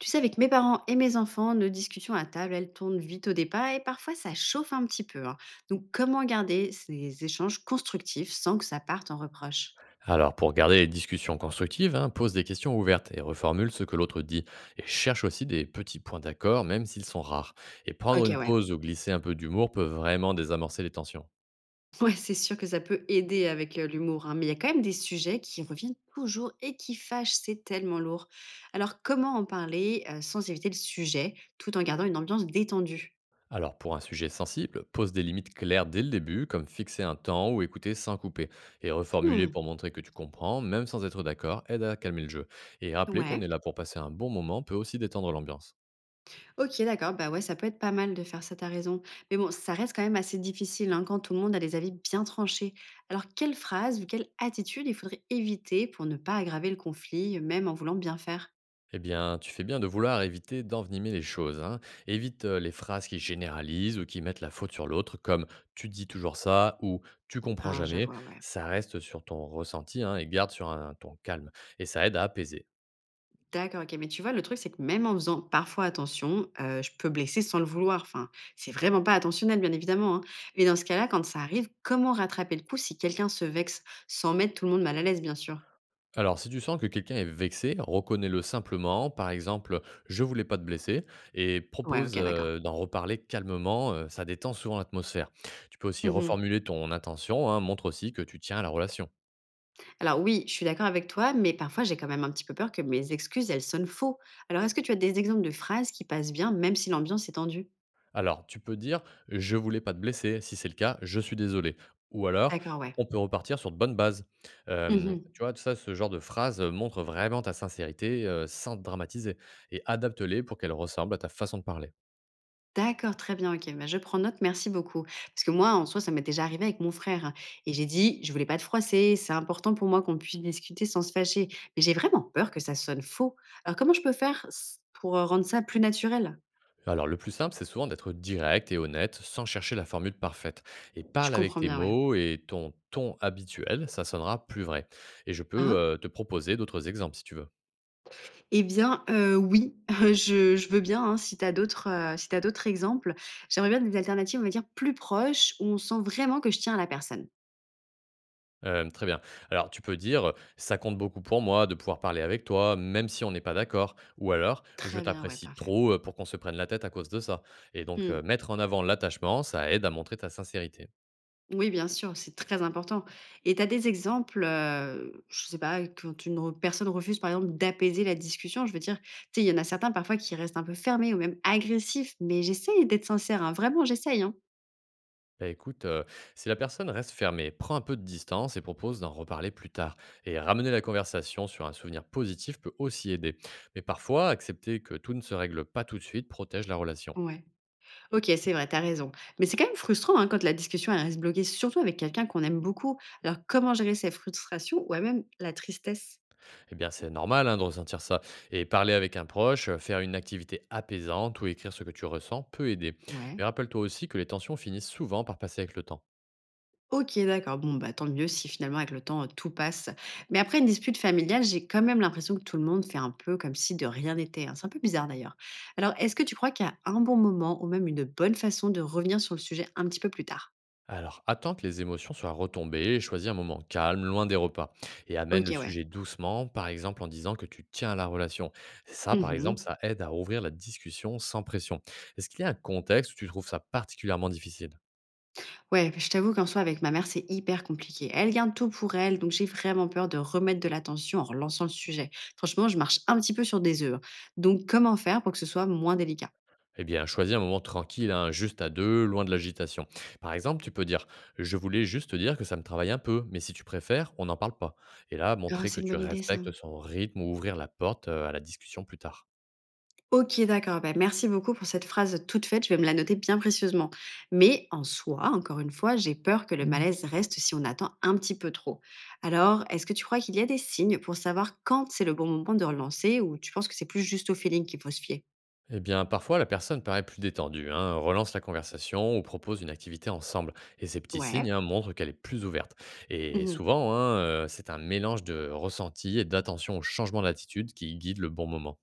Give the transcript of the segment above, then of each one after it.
Tu sais, avec mes parents et mes enfants, nos discussions à table, elles tournent vite au départ et parfois ça chauffe un petit peu, hein. Donc, comment garder ces échanges constructifs sans que ça parte en reproche? Alors, pour garder les discussions constructives, hein, pose des questions ouvertes et reformule ce que l'autre dit. Et cherche aussi des petits points d'accord, même s'ils sont rares. Et prendre Ok, une ouais. pause ou glisser un peu d'humour peut vraiment désamorcer les tensions. Ouais, c'est sûr que ça peut aider avec l'humour, hein, mais il y a quand même des sujets qui reviennent toujours et qui fâchent, c'est tellement lourd. Alors, comment en parler sans éviter le sujet tout en gardant une ambiance détendue? Alors, pour un sujet sensible, pose des limites claires dès le début, comme fixer un temps ou écouter sans couper. Et reformuler Hmm. pour montrer que tu comprends, même sans être d'accord, aide à calmer le jeu. Et rappeler qu'on Ouais. est là pour passer un bon moment peut aussi détendre l'ambiance. OK, d'accord. Bah, ouais, ça peut être pas mal de faire ça, t'as raison. Mais bon, ça reste quand même assez difficile, hein, quand tout le monde a des avis bien tranchés. Alors, quelle phrase ou quelle attitude il faudrait éviter pour ne pas aggraver le conflit, même en voulant bien faire? Eh bien, tu fais bien de vouloir éviter d'envenimer les choses, hein. Évite les phrases qui généralisent ou qui mettent la faute sur l'autre, comme tu dis toujours ça ou tu comprends Ah, je jamais. vois, ouais. Ça reste sur ton ressenti, hein, et garde sur un ton calme. Et ça aide à apaiser. D'accord, ok. Mais tu vois, le truc, c'est que même en faisant parfois attention, je peux blesser sans le vouloir. Enfin, c'est vraiment pas attentionnel, bien évidemment, hein. Mais dans ce cas-là, quand ça arrive, comment rattraper le coup si quelqu'un se vexe sans mettre tout le monde mal à l'aise, bien sûr? Alors, si tu sens que quelqu'un est vexé, reconnais-le simplement. Par exemple, je voulais pas te blesser et Ouais, propose ok, d'accord. D'en reparler calmement. Ça détend souvent l'atmosphère. Tu peux aussi reformuler ton intention, hein, montre aussi que tu tiens à la relation. Alors oui, je suis d'accord avec toi, mais parfois j'ai quand même un petit peu peur que mes excuses, elles sonnent faux. Alors est-ce que tu as des exemples de phrases qui passent bien, même si l'ambiance est tendue? Alors, tu peux dire: «Je voulais pas te blesser. Si c'est le cas, je suis désolé» ou alors: D'accord, ouais. «On peut repartir sur de bonnes bases». Mhm. Tu vois, tout ça, ce genre de phrase, montre vraiment ta sincérité, sans te dramatiser, et adapte-les pour qu'elles ressemblent à ta façon de parler. D'accord, très bien, ok. Bah, je prends note, merci beaucoup. Parce que moi, en soi, ça m'est déjà arrivé avec mon frère, hein. Et j'ai dit, je voulais pas te froisser, c'est important pour moi qu'on puisse discuter sans se fâcher. Mais j'ai vraiment peur que ça sonne faux. Alors comment je peux faire pour rendre ça plus naturel? Alors le plus simple, c'est souvent d'être direct et honnête sans chercher la formule parfaite, et Je parle avec comprends tes bien, ouais. mots et ton ton habituel, ça sonnera plus vrai, et je peux, Hein? Te proposer d'autres exemples si tu veux. Eh bien, oui, je veux bien, hein, si tu as d'autres, si t'as d'autres exemples. J'aimerais bien des alternatives, on va dire, plus proches, où on sent vraiment que je tiens à la personne. Très bien. Alors tu peux dire, «Ça compte beaucoup pour moi de pouvoir parler avec toi, même si on n'est pas d'accord» ou alors: «Je Très bien, ouais, t'apprécie parfait. trop, pour qu'on se prenne la tête à cause de ça», et donc Mmh. Mettre en avant l'attachement, ça aide à montrer ta sincérité. Oui, bien sûr, c'est très important et tu as des exemples, je sais pas, quand une re personne refuse, par exemple, d'apaiser la discussion, je veux dire, tu sais, il y en a certains, parfois, qui restent un peu fermés ou même agressifs, mais j'essaye d'être sincère, hein, vraiment, j'essaye, hein. Bah, écoute, si la personne reste fermée, prends un peu de distance et propose d'en reparler plus tard, et ramener la conversation sur un souvenir positif peut aussi aider. Mais parfois, accepter que tout ne se règle pas tout de suite protège la relation. Ouais. OK, c'est vrai, t'as raison. Mais c'est quand même frustrant, hein, quand la discussion, elle reste bloquée, surtout avec quelqu'un qu'on aime beaucoup. Alors, comment gérer ces frustrations ou même la tristesse? Eh bien, c'est normal, hein, de ressentir ça. Et parler avec un proche, faire une activité apaisante ou écrire ce que tu ressens peut aider. Ouais. Mais rappelle-toi aussi que les tensions finissent souvent par passer avec le temps. OK, d'accord. Bon, bah, tant mieux si finalement, avec le temps, tout passe. Mais après une dispute familiale, j'ai quand même l'impression que tout le monde fait un peu comme si de rien n'était, hein. C'est un peu bizarre d'ailleurs. Alors, est-ce que tu crois qu'il y a un bon moment ou même une bonne façon de revenir sur le sujet un petit peu plus tard? Alors, attends que les émotions soient retombées et choisis un moment calme, loin des repas. Et amène le OK, ouais. sujet doucement, par exemple en disant que tu tiens à la relation. Ça, par exemple, Mmh. ça aide à ouvrir la discussion sans pression. Est-ce qu'il y a un contexte où tu trouves ça particulièrement difficile? Ouais, je t'avoue qu'en soi, avec ma mère, c'est hyper compliqué. Elle garde tout pour elle, donc j'ai vraiment peur de remettre de l'attention en relançant le sujet. Franchement, je marche un petit peu sur des œufs, hein. Donc, comment faire pour que ce soit moins délicat? Eh bien, choisis un moment tranquille, hein, juste à deux, loin de l'agitation. Par exemple, tu peux dire: je voulais juste te dire que ça me travaille un peu, mais si tu préfères, on n'en parle pas. Et là, Ah, montrer que c'est une tu bonne idée, ça. respectes son rythme ou ouvrir la porte à la discussion plus tard. Ok, d'accord. Bah, merci beaucoup pour cette phrase toute faite. Je vais me la noter bien précieusement. Mais en soi, encore une fois, j'ai peur que le malaise reste si on attend un petit peu trop. Alors, est-ce que tu crois qu'il y a des signes pour savoir quand c'est le bon moment de relancer ou tu penses que c'est plus juste au feeling qu'il faut se fier? Eh bien, parfois, la personne paraît plus détendue, hein, relance la conversation ou propose une activité ensemble. Et ces petits signes, Ouais. hein, montrent qu'elle est plus ouverte. Et Mhm. souvent, hein, c'est un mélange de ressenti et d'attention au changement d'attitude qui guide le bon moment.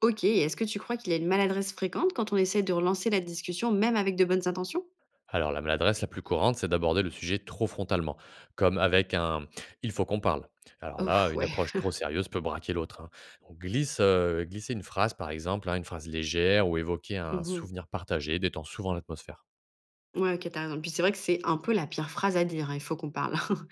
Ok, et est-ce que tu crois qu'il y a une maladresse fréquente quand on essaie de relancer la discussion, même avec de bonnes intentions? Alors, la maladresse la plus courante, c'est d'aborder le sujet trop frontalement, comme avec un «il faut qu'on parle». Alors là, Ouf, une ouais. approche trop sérieuse peut braquer l'autre, hein. On glisse, glisser une phrase, par exemple, hein, une phrase légère ou évoquer un Mhm. souvenir partagé détend souvent l'atmosphère. Ouais, ok, t'as raison. Puis c'est vrai que c'est un peu la pire phrase à dire, hein, il faut qu'on parle.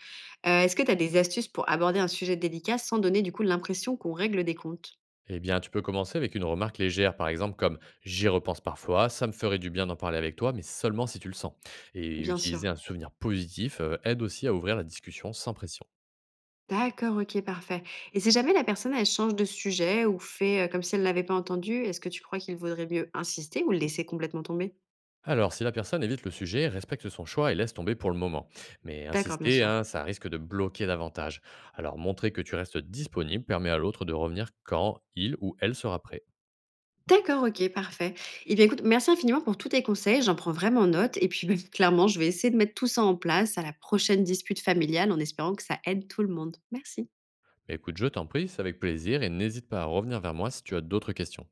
Est-ce que t'as des astuces pour aborder un sujet délicat sans donner du coup l'impression qu'on règle des comptes? Eh bien, tu peux commencer avec une remarque légère, par exemple, comme «j'y repense parfois, ça me ferait du bien d'en parler avec toi, mais seulement si tu le sens». Et Bien utiliser sûr. un souvenir positif aide aussi à ouvrir la discussion sans pression. D'accord, ok, parfait. Et si jamais la personne, elle change de sujet ou fait comme si elle ne l'avait pas entendu, est-ce que tu crois qu'il vaudrait mieux insister ou le laisser complètement tomber? Alors, si la personne évite le sujet, respecte son choix et laisse tomber pour le moment. Mais D'accord, bien insister, sûr. hein, ça risque de bloquer davantage. Alors, montrer que tu restes disponible permet à l'autre de revenir quand il ou elle sera prêt. D'accord, OK, parfait. Et bien, écoute, merci infiniment pour tous tes conseils. J'en prends vraiment note et puis, bah, clairement, je vais essayer de mettre tout ça en place à la prochaine dispute familiale en espérant que ça aide tout le monde. Merci. Mais écoute, je t'en prie, c'est avec plaisir et n'hésite pas à revenir vers moi si tu as d'autres questions.